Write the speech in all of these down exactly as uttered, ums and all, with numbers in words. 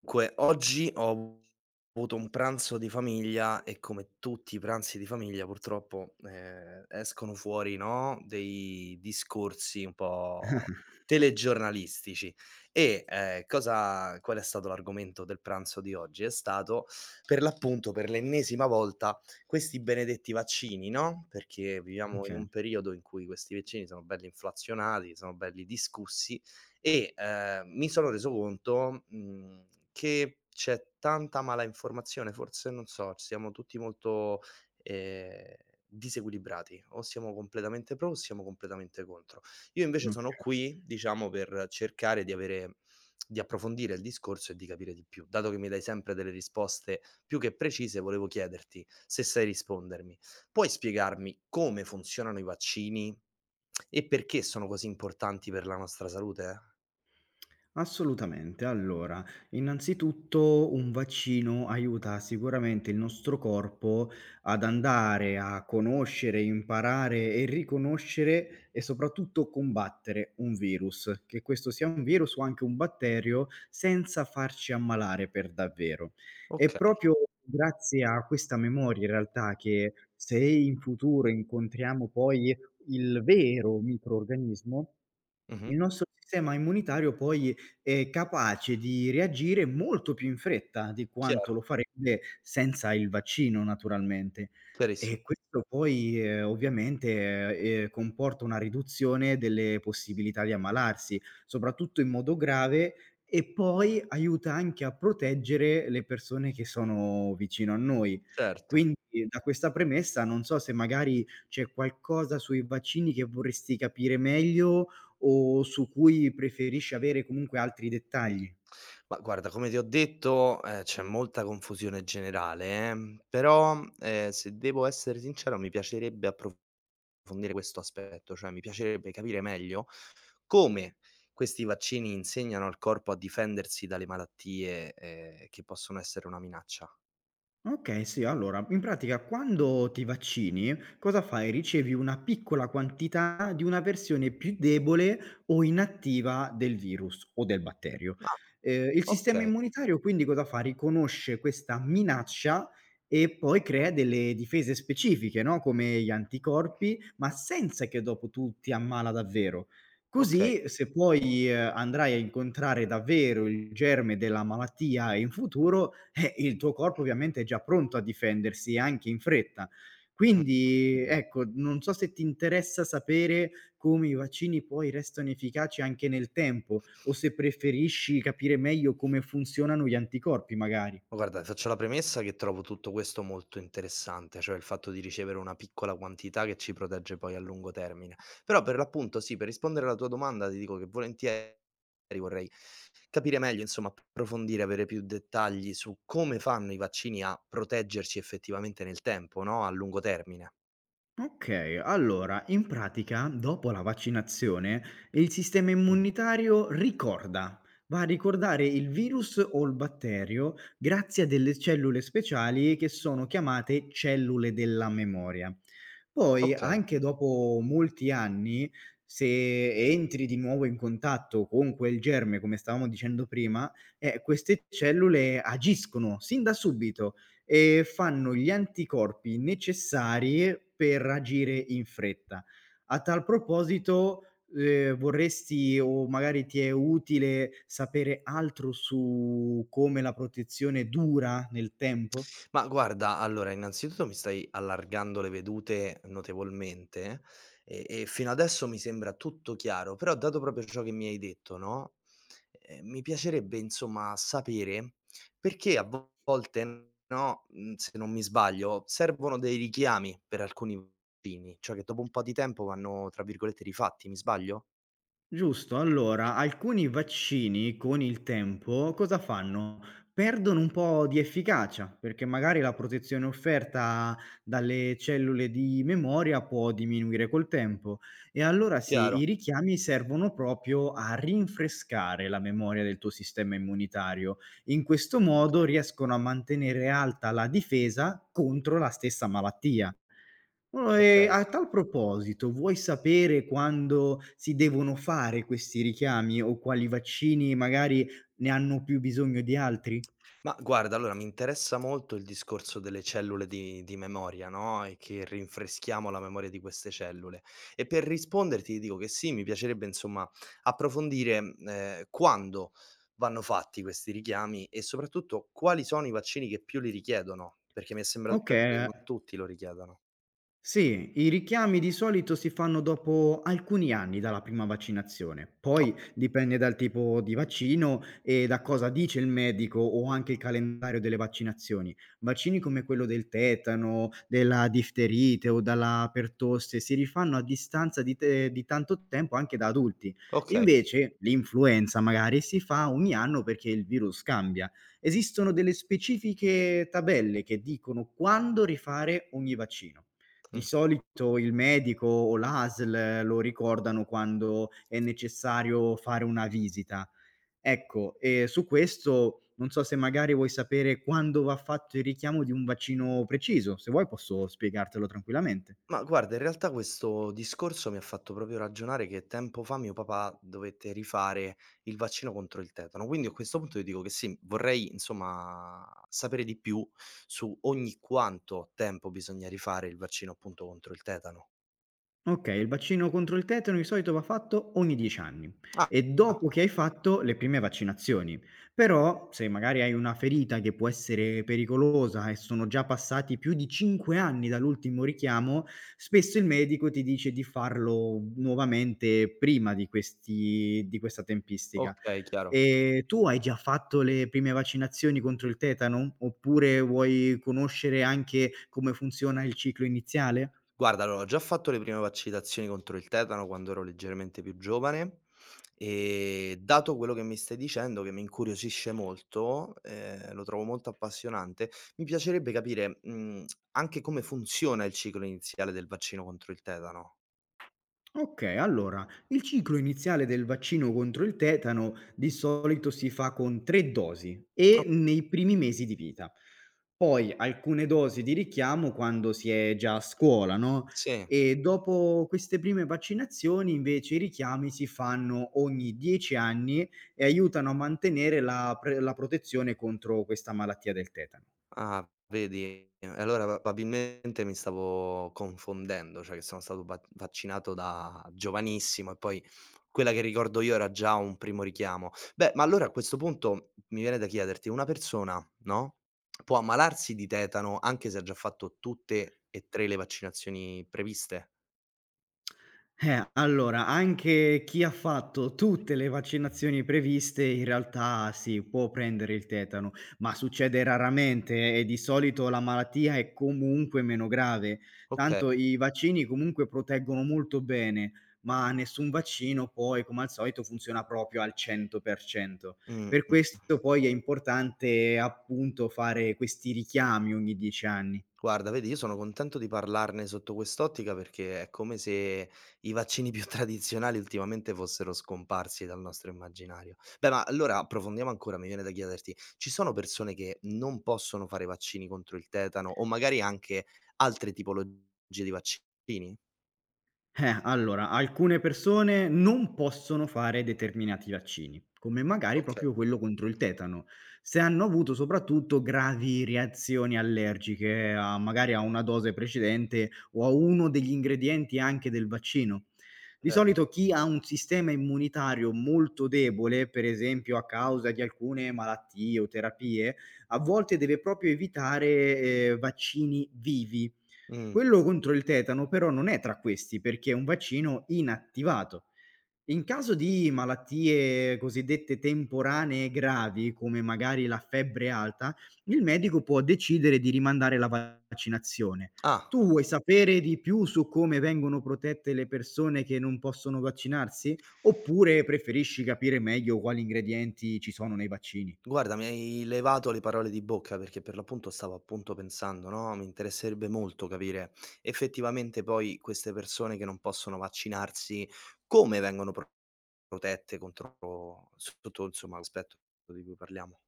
Dunque, oggi ho avuto un pranzo di famiglia e come tutti i pranzi di famiglia purtroppo, ehm, escono fuori, no, dei discorsi un po' telegiornalistici e, ehm, cosa qual è stato l'argomento del pranzo di oggi? È stato, per l'appunto, per l'ennesima volta, questi benedetti vaccini, no, perché viviamo in Okay, un periodo in cui questi vaccini sono belli inflazionati, sono belli discussi e, ehm, mi sono reso conto, mhmm, che c'è tanta malainformazione, forse non so, siamo tutti molto, ehm, disequilibrati, o siamo completamente pro o siamo completamente contro. Io invece mh, sono qui, diciamo, per cercare di avere di approfondire il discorso e di capire di più. Dato che mi dai sempre delle risposte più che precise, volevo chiederti se sai rispondermi. Puoi spiegarmi come funzionano i vaccini e perché sono così importanti per la nostra salute? assolutamente. Allora, innanzitutto un vaccino aiuta sicuramente il nostro corpo ad andare a conoscere, imparare e riconoscere e soprattutto combattere un virus, che questo sia un virus o anche un batterio, senza farci ammalare per davvero. E Okay. proprio grazie a questa memoria in realtà che se in futuro incontriamo poi il vero microrganismo. Mh-mh. Il nostro sistema immunitario poi è capace di reagire molto più in fretta di quanto Chiaro, lo farebbe senza il vaccino naturalmente. chiarissimo, E questo poi, ehm, ovviamente, ehm, comporta una riduzione delle possibilità di ammalarsi, soprattutto in modo grave, e poi aiuta anche a proteggere le persone che sono vicino a noi. certo. Quindi da questa premessa non so se magari c'è qualcosa sui vaccini che vorresti capire meglio o su cui preferisci avere comunque altri dettagli. Ma guarda, come ti ho detto, ehm, c'è molta confusione generale, ehm, però, ehm, se devo essere sincero mi piacerebbe approfondire questo aspetto, cioè mi piacerebbe capire meglio come questi vaccini insegnano al corpo a difendersi dalle malattie, ehm, che possono essere una minaccia. Okay, sì, allora, in pratica quando ti vaccini, cosa fai? Ricevi una piccola quantità di una versione più debole o inattiva del virus o del batterio. Ah, Ehm, il sistema okay, immunitario quindi cosa fa? Riconosce questa minaccia e poi crea delle difese specifiche, no, come gli anticorpi, ma senza che dopo tu ti ammala davvero. okay. Così se poi, ehm, andrai a incontrare davvero il germe della malattia in futuro, eh, il tuo corpo ovviamente è già pronto a difendersi, anche in fretta. Quindi Mh-mh. ecco, non so se ti interessa sapere come i vaccini poi restano efficaci anche nel tempo, o se preferisci capire meglio come funzionano gli anticorpi magari. Guarda, faccio la premessa che trovo tutto questo molto interessante, cioè il fatto di ricevere una piccola quantità che ci protegge poi a lungo termine. Però per l'appunto sì, per rispondere alla tua domanda ti dico che volentieri vorrei capire meglio, insomma, approfondire, avere più dettagli su come fanno i vaccini a proteggerci effettivamente nel tempo, no, a lungo termine. Okay, allora in pratica dopo la vaccinazione il sistema Mh, immunitario ricorda, va a ricordare il virus o il batterio grazie a delle cellule speciali che sono chiamate cellule della memoria. Poi okay. anche dopo molti anni, se entri di nuovo in contatto con quel germe, come stavamo dicendo prima, eh, queste cellule agiscono sin da subito e fanno gli anticorpi necessari per agire in fretta. A tal proposito, ehm, vorresti o magari ti è utile sapere altro su come la protezione dura nel tempo? Ma guarda, allora innanzitutto mi stai allargando le vedute notevolmente e e fino adesso mi sembra tutto chiaro, però dato proprio ciò che mi hai detto, no, ehm, mi piacerebbe insomma sapere perché a vo- volte, no, mhmm, se non mi sbaglio, servono dei richiami per alcuni vini, cioè che dopo un po' di tempo vanno, tra virgolette, "rifatti", mi sbaglio? Giusto, allora alcuni vaccini con il tempo cosa fanno? Perdono un po' di efficacia, perché magari la protezione offerta dalle cellule di memoria può diminuire col tempo e allora sì, Chiaro, i richiami servono proprio a rinfrescare la memoria del tuo sistema immunitario. In questo modo okay, riescono a mantenere alta la difesa contro la stessa malattia. Uhm, e okay. a tal proposito, vuoi sapere quando si devono fare questi richiami o quali vaccini magari ne hanno più bisogno di altri? Ma guarda, allora mi interessa molto il discorso delle cellule di di memoria, no, e che rinfreschiamo la memoria di queste cellule. E per risponderti ti dico che sì, mi piacerebbe insomma approfondire, ehm, quando vanno fatti questi richiami e soprattutto quali sono i vaccini che più li richiedono, perché mi è sembrato di capire che Okay. non tutti lo richiedono. Sì, i richiami di solito si fanno dopo alcuni anni dalla prima vaccinazione, poi Okay, dipende dal tipo di vaccino e da cosa dice il medico o anche il calendario delle vaccinazioni. Vaccini come quello del tetano, della difterite o dalla pertosse si rifanno a distanza di, te- di tanto tempo anche da adulti. okay. Invece l'influenza magari si fa ogni anno perché il virus cambia. Esistono delle specifiche tabelle che dicono quando rifare ogni vaccino. Di solito il medico o l'A S L lo ricordano quando è necessario fare una visita. Ecco, ehm, su questo non so se magari vuoi sapere quando va fatto il richiamo di un vaccino preciso. Se vuoi posso spiegartelo tranquillamente. Ma guarda, in realtà questo discorso mi ha fatto proprio ragionare che tempo fa mio papà dovette rifare il vaccino contro il tetano. Quindi a questo punto io dico che sì, vorrei insomma sapere di più su ogni quanto tempo bisogna rifare il vaccino appunto contro il tetano. Okay, il vaccino contro il tetano di solito va fatto ogni dieci anni Ah, e dopo ah, che hai fatto le prime vaccinazioni. Però, se magari hai una ferita che può essere pericolosa e sono già passati più di cinque anni dall'ultimo richiamo, spesso il medico ti dice di farlo nuovamente prima di questi di questa tempistica. okay, chiaro. Ehm, tu hai già fatto le prime vaccinazioni contro il tetano? Oppure vuoi conoscere anche come funziona il ciclo iniziale? Guarda, allora ho già fatto le prime vaccinazioni contro il tetano quando ero leggermente più giovane e dato quello che mi stai dicendo, che mi incuriosisce molto, ehm, lo trovo molto appassionante, mi piacerebbe capire, mhmm, anche come funziona il ciclo iniziale del vaccino contro il tetano. Okay, allora, il ciclo iniziale del vaccino contro il tetano di solito si fa con tre dosi O e nei primi mesi di vita. Poi alcune dosi di richiamo quando si è già a scuola, no, sì. e dopo queste prime vaccinazioni invece i richiami si fanno ogni dieci anni e aiutano a mantenere la pre la protezione contro questa malattia del tetano. Ah, vedi? E allora probabilmente mi stavo confondendo, cioè che sono stato va vaccinato da giovanissimo e poi quella che ricordo io era già un primo richiamo. Beh, ma allora a questo punto mi viene da chiederti, una persona, no, può ammalarsi di tetano anche se ha già fatto tutte e tre le vaccinazioni previste? Eh, allora, anche chi ha fatto tutte le vaccinazioni previste, in realtà sì, può prendere il tetano, ma succede raramente e di solito la malattia è comunque meno grave. Okay. Tanto i vaccini comunque proteggono molto bene, ma nessun vaccino poi, come al solito, funziona proprio al cento per cento. Mh, Per mh. questo poi è importante appunto fare questi richiami ogni dieci anni. Guarda, vedi, io sono contento di parlarne sotto quest'ottica perché è come se i vaccini più tradizionali ultimamente fossero scomparsi dal nostro immaginario. Beh, ma allora approfondiamo ancora, mi viene da chiederti, ci sono persone che non possono fare vaccini contro il tetano o magari anche altre tipologie di vaccini? Eh, allora, alcune persone non possono fare determinati vaccini, come magari Okay, proprio quello contro il tetano, se hanno avuto soprattutto gravi reazioni allergiche, a, magari a una dose precedente o a uno degli ingredienti anche del vaccino. Di cer solito chi ha un sistema immunitario molto debole, per esempio a causa di alcune malattie o terapie, a volte deve proprio evitare, eh, vaccini vivi. Mh. Quello contro il tetano però non è tra questi, perché è un vaccino inattivato. In caso di malattie cosiddette temporanee gravi, come magari la febbre alta, il medico può decidere di rimandare la vaccinazione. Ah. Tu vuoi sapere di più su come vengono protette le persone che non possono vaccinarsi? Oppure preferisci capire meglio quali ingredienti ci sono nei vaccini? Guarda, mi hai levato le parole di bocca perché per l'appunto stavo appunto pensando, no, mi interesserebbe molto capire effettivamente poi queste persone che non possono vaccinarsi come vengono pro protette contro sotto, insomma, l'aspetto di cui parliamo.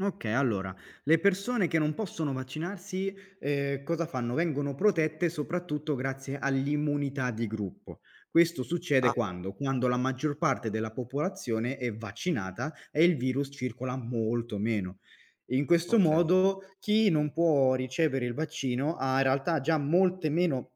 Okay, allora, le persone che non possono vaccinarsi, ehm, cosa fanno? Vengono protette soprattutto grazie all'immunità di gruppo. Questo succede Ah, quando? Quando la maggior parte della popolazione è vaccinata e il virus circola molto meno. In questo okay. modo chi non può ricevere il vaccino ha in realtà già molte meno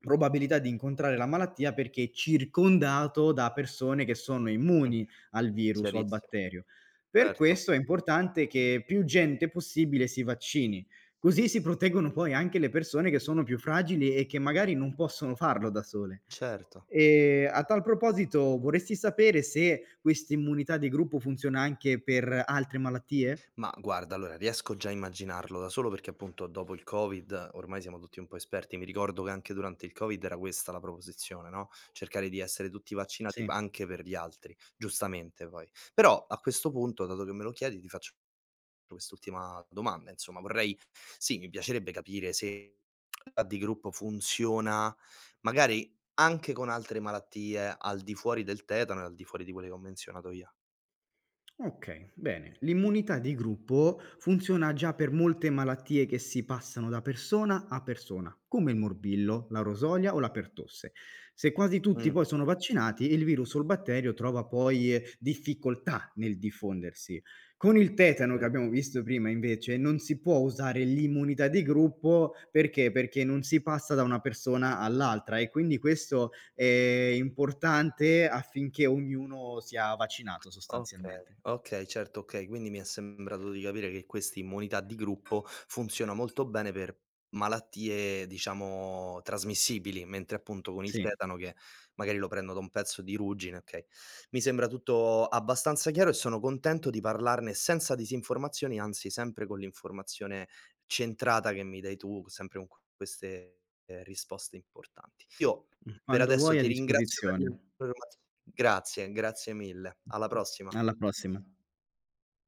probabilità di incontrare la malattia perché è circondato da persone che sono Mh. immuni al virus o al Chiarissimo. batterio. Per Certo, questo è importante che più gente possibile si vaccini, così si proteggono poi anche le persone che sono più fragili e che magari non possono farlo da sole. certo. Ehm, a tal proposito vorresti sapere se questa immunità di gruppo funziona anche per altre malattie? Ma guarda, allora riesco già a immaginarlo da solo perché appunto dopo il Covid ormai siamo tutti un po' esperti. Mi ricordo che anche durante il Covid era questa la proposizione, no? Cercare di essere tutti vaccinati Sì. anche per gli altri, giustamente poi. Però a questo punto, dato che me lo chiedi, ti faccio quest'ultima domanda. Insomma, vorrei, sì, mi piacerebbe capire se la di gruppo funziona magari anche con altre malattie al di fuori del tetano e al di fuori di quelle che ho menzionato io. Okay, bene. L'immunità di gruppo funziona già per molte malattie che si passano da persona a persona, come il morbillo, la rosolia o la pertosse. Se quasi tutti Mm, poi sono vaccinati, il virus o il batterio trova poi, eh, difficoltà nel diffondersi. Con il tetano che vedi. abbiamo visto prima invece non si può usare l'immunità di gruppo perché? Perché non si passa da una persona all'altra e quindi questo è importante affinché ognuno sia vaccinato Okay, sostanzialmente. okay, certo, okay. Quindi mi è sembrato di capire che questa immunità di gruppo funziona molto bene per malattie, diciamo, trasmissibili, mentre appunto con il Sì, tetano che magari lo prendo da un pezzo di ruggine, okay. Mi sembra tutto abbastanza chiaro e sono contento di parlarne senza disinformazioni, anzi sempre con l'informazione centrata che mi dai tu, sempre con queste, ehm, risposte importanti. Io mh, per quando adesso vuoi a ti ringrazio per disposizione. le informaz grazie, grazie mille. Alla Mh, prossima. alla prossima.